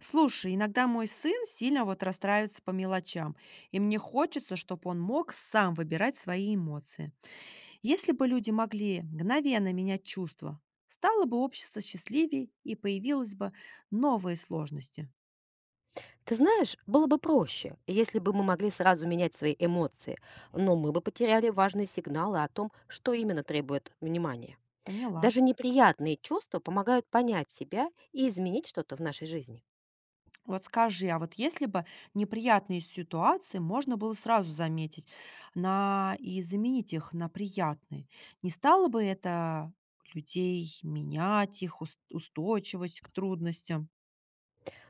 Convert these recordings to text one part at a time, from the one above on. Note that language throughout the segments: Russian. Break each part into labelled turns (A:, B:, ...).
A: Слушай, иногда мой сын сильно вот расстраивается по мелочам, и мне хочется, чтобы он мог сам выбирать свои эмоции. Если бы люди могли мгновенно менять чувства, стало бы общество счастливее и появились бы новые сложности.
B: Ты знаешь, было бы проще, если бы мы могли сразу менять свои эмоции, но мы бы потеряли важные сигналы о том, что именно требует внимания.
A: Поняла.
B: Даже неприятные чувства помогают понять себя и изменить что-то в нашей жизни.
A: Вот скажи, а вот если бы неприятные ситуации можно было сразу заметить и заменить их на приятные, не стало бы это людей менять, их устойчивость к трудностям?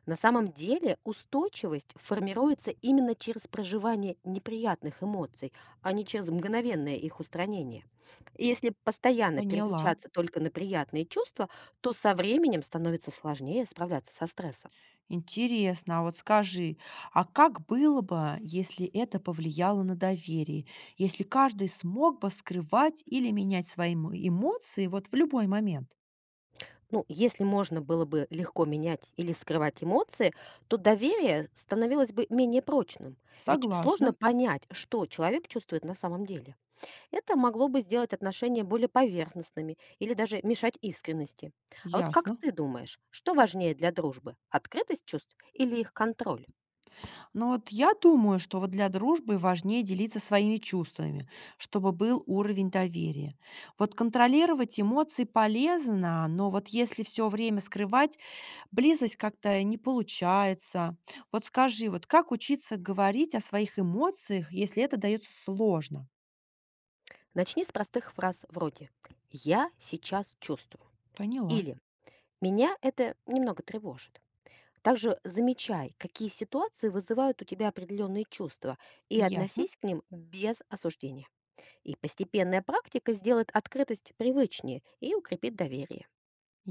B: На самом деле устойчивость формируется именно через проживание неприятных эмоций, а не через мгновенное их устранение. Если постоянно
A: Поняла.
B: переключаться только на приятные чувства, то со временем становится сложнее справляться со стрессом.
A: Интересно, а вот скажи, а как было бы, если это повлияло на доверие? Если каждый смог бы скрывать или менять свои эмоции вот в любой момент?
B: Ну, если можно было бы легко менять или скрывать эмоции, то доверие становилось бы менее прочным. Ведь
A: Согласна,
B: сложно понять, что человек чувствует на самом деле. Это могло бы сделать отношения более поверхностными или даже мешать искренности. А вот как
A: ясно.
B: ты думаешь, что важнее для дружбы? Открытость чувств или их контроль?
A: Но вот я думаю, что вот для дружбы важнее делиться своими чувствами, чтобы был уровень доверия. Вот контролировать эмоции полезно, но вот если все время скрывать, близость как-то не получается. Вот скажи, вот как учиться говорить о своих эмоциях, если это дается сложно?
B: Начни с простых фраз вроде «Я сейчас чувствую»
A: Поняла.
B: или «Меня это немного тревожит». Также замечай, какие ситуации вызывают у тебя определенные чувства, и
A: Ясно.
B: относись к ним без осуждения. И постепенная практика сделает открытость привычнее и укрепит доверие.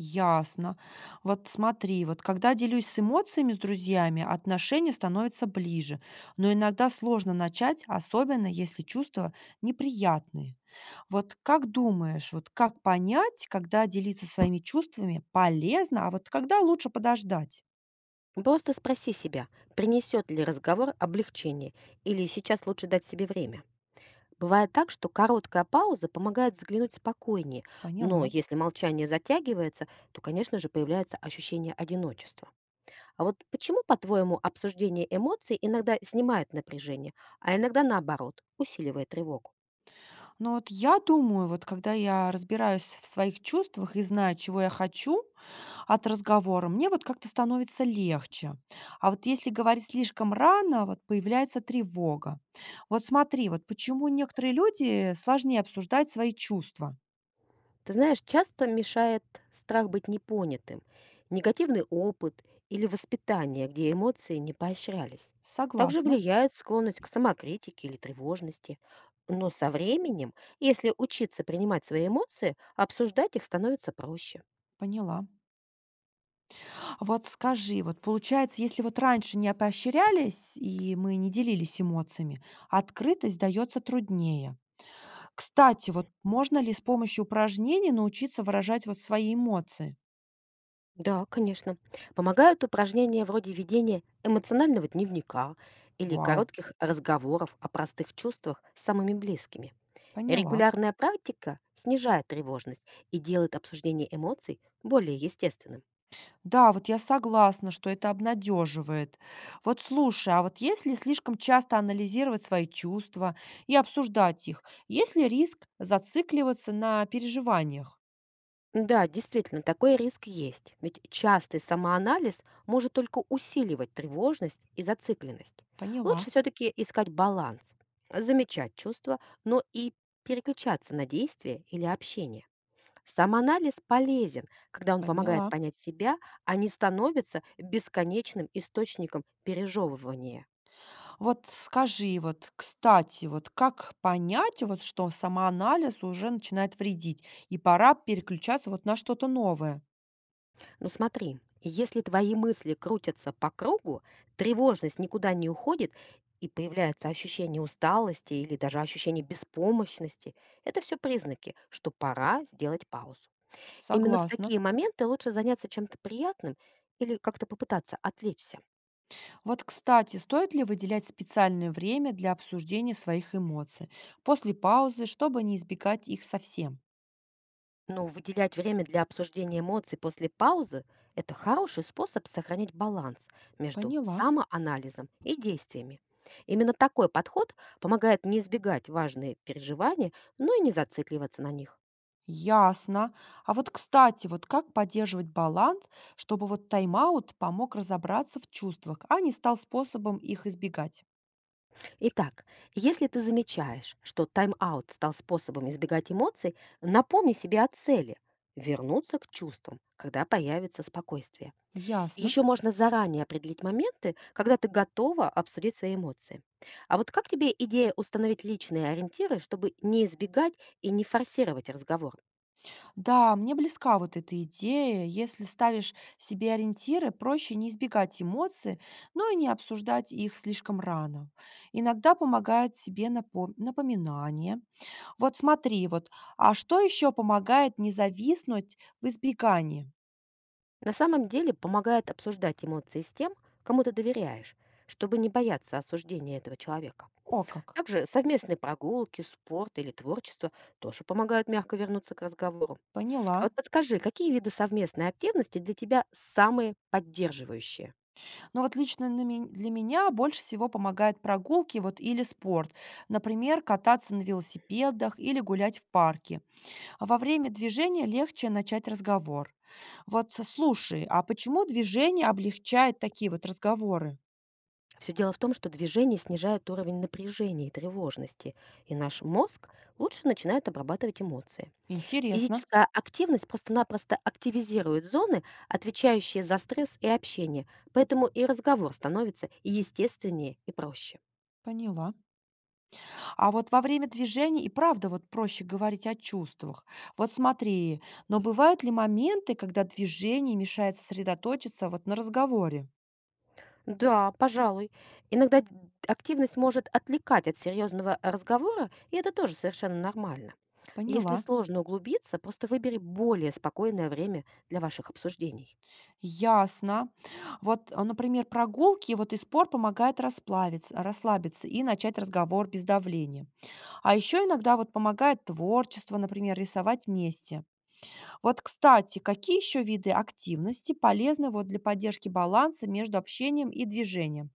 A: Ясно. Вот смотри, вот когда делюсь с эмоциями с друзьями, отношения становятся ближе, но иногда сложно начать, особенно если чувства неприятные. Вот как думаешь, вот как понять, когда делиться своими чувствами полезно, а вот когда лучше подождать?
B: Просто спроси себя, принесет ли разговор облегчение, или сейчас лучше дать себе время. Бывает так, что короткая пауза помогает взглянуть спокойнее, но
A: Поняла.
B: если молчание затягивается, то, конечно же, появляется ощущение одиночества. А вот почему, по-твоему, обсуждение эмоций иногда снимает напряжение, а иногда наоборот, усиливает тревогу?
A: Но вот я думаю, вот когда я разбираюсь в своих чувствах и знаю, чего я хочу, от разговора, мне вот как-то становится легче. А вот если говорить слишком рано, вот появляется тревога. Вот смотри, вот почему некоторые люди сложнее обсуждать свои чувства.
B: Ты знаешь, часто мешает страх быть непонятым, негативный опыт или воспитание, где эмоции не поощрялись. Также
A: Согласна,
B: влияет склонность к самокритике или тревожности. Но со временем, если учиться принимать свои эмоции, обсуждать их становится проще.
A: поняла. А вот скажи, вот получается, если вот раньше не поощрялись и мы не делились эмоциями, открытость дается труднее. Кстати, вот можно ли с помощью упражнений научиться выражать вот свои эмоции?
B: Да, конечно. Помогают упражнения вроде ведения эмоционального дневника или
A: Вау,
B: коротких разговоров о простых чувствах с самыми близкими.
A: поняла.
B: Регулярная практика снижает тревожность и делает обсуждение эмоций более естественным.
A: Да, вот я согласна, что это обнадеживает. Вот слушай, а вот если слишком часто анализировать свои чувства и обсуждать их, есть ли риск зацикливаться на переживаниях?
B: Да, действительно, такой риск есть, ведь частый самоанализ может только усиливать тревожность и зацикленность.
A: Поняла,
B: Лучше все-таки искать баланс, замечать чувства, но и переключаться на действия или общение. Самоанализ полезен, когда он помогает
A: поняла.
B: понять себя, а не становится бесконечным источником пережевывания.
A: Вот скажи, вот, кстати, вот как понять, вот, что самоанализ уже начинает вредить, и пора переключаться вот на что-то новое?
B: Ну смотри, если твои мысли крутятся по кругу, тревожность никуда не уходит и появляется ощущение усталости или даже ощущение беспомощности, это все признаки, что пора сделать паузу. Именно в
A: Согласна.
B: такие моменты лучше заняться чем-то приятным или как-то попытаться отвлечься.
A: Вот, кстати, стоит ли выделять специальное время для обсуждения своих эмоций после паузы, чтобы не избегать их совсем?
B: Ну, выделять время для обсуждения эмоций после паузы — это хороший способ сохранить баланс между
A: Поняла.
B: самоанализом и действиями. Именно такой подход помогает не избегать важные переживания, но и не зацикливаться на них.
A: Ясно. А вот, кстати, вот как поддерживать баланс, чтобы вот тайм-аут помог разобраться в чувствах, а не стал способом их избегать?
B: Итак, если ты замечаешь, что тайм-аут стал способом избегать эмоций, напомни себе о цели — вернуться к чувствам, когда появится спокойствие.
A: Ясно.
B: Еще можно заранее определить моменты, когда ты готова обсудить свои эмоции. А вот как тебе идея установить личные ориентиры, чтобы не избегать и не форсировать разговор?
A: Да, мне близка вот эта идея. Если ставишь себе ориентиры, проще не избегать эмоций, но и не обсуждать их слишком рано. Иногда помогает себе напоминание. Вот смотри, вот, а что еще помогает не зависнуть в избегании?
B: На самом деле помогает обсуждать эмоции с тем, кому ты доверяешь, чтобы не бояться осуждения этого человека.
A: О, как.
B: Также совместные прогулки, спорт или творчество тоже помогают мягко вернуться к разговору. А
A: Поняла.
B: вот подскажи, какие виды совместной активности для тебя самые поддерживающие?
A: Но вот лично для меня больше всего помогают прогулки вот или спорт. Например, кататься на велосипедах или гулять в парке. А во время движения легче начать разговор. Вот с слушай, а почему движение облегчает такие вот разговоры?
B: Все дело в том, что движение снижает уровень напряжения и тревожности, и наш мозг лучше начинает обрабатывать эмоции.
A: Интересно,
B: Физическая активность просто-напросто активизирует зоны, отвечающие за стресс и общение, поэтому и разговор становится и естественнее и проще.
A: поняла. А вот во время движения и правда вот проще говорить о чувствах. Вот смотри, но бывают ли моменты, когда движение мешает сосредоточиться вот на разговоре?
B: Да, пожалуй. Иногда активность может отвлекать от серьезного разговора, и это тоже совершенно нормально. Если
A: Поняла.
B: сложно углубиться, просто выбери более спокойное время для ваших обсуждений.
A: Ясно. Вот, а, например, прогулки вот и спор помогает расплавиться, расслабиться и начать разговор без давления. А еще иногда вот помогает творчество, например, рисовать вместе. Вот, кстати, какие еще виды активности полезны вот для поддержки баланса между общением и движением?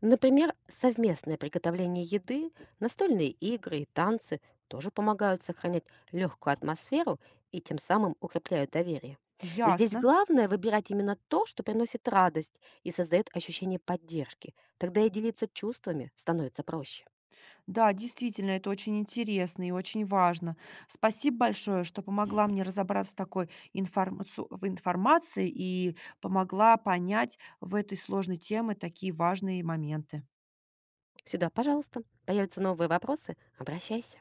B: Например, совместное приготовление еды, настольные игры и танцы тоже помогают сохранять легкую атмосферу и тем самым укрепляют доверие. Здесь
A: Ясно.
B: главное выбирать именно то, что приносит радость и создает ощущение поддержки. Тогда и делиться чувствами становится проще.
A: Да, действительно, это очень интересно и очень важно. Спасибо большое, что помогла мне разобраться в такой в информации и помогла понять в этой сложной теме такие важные моменты.
B: Сюда, пожалуйста, появятся новые вопросы, обращайся.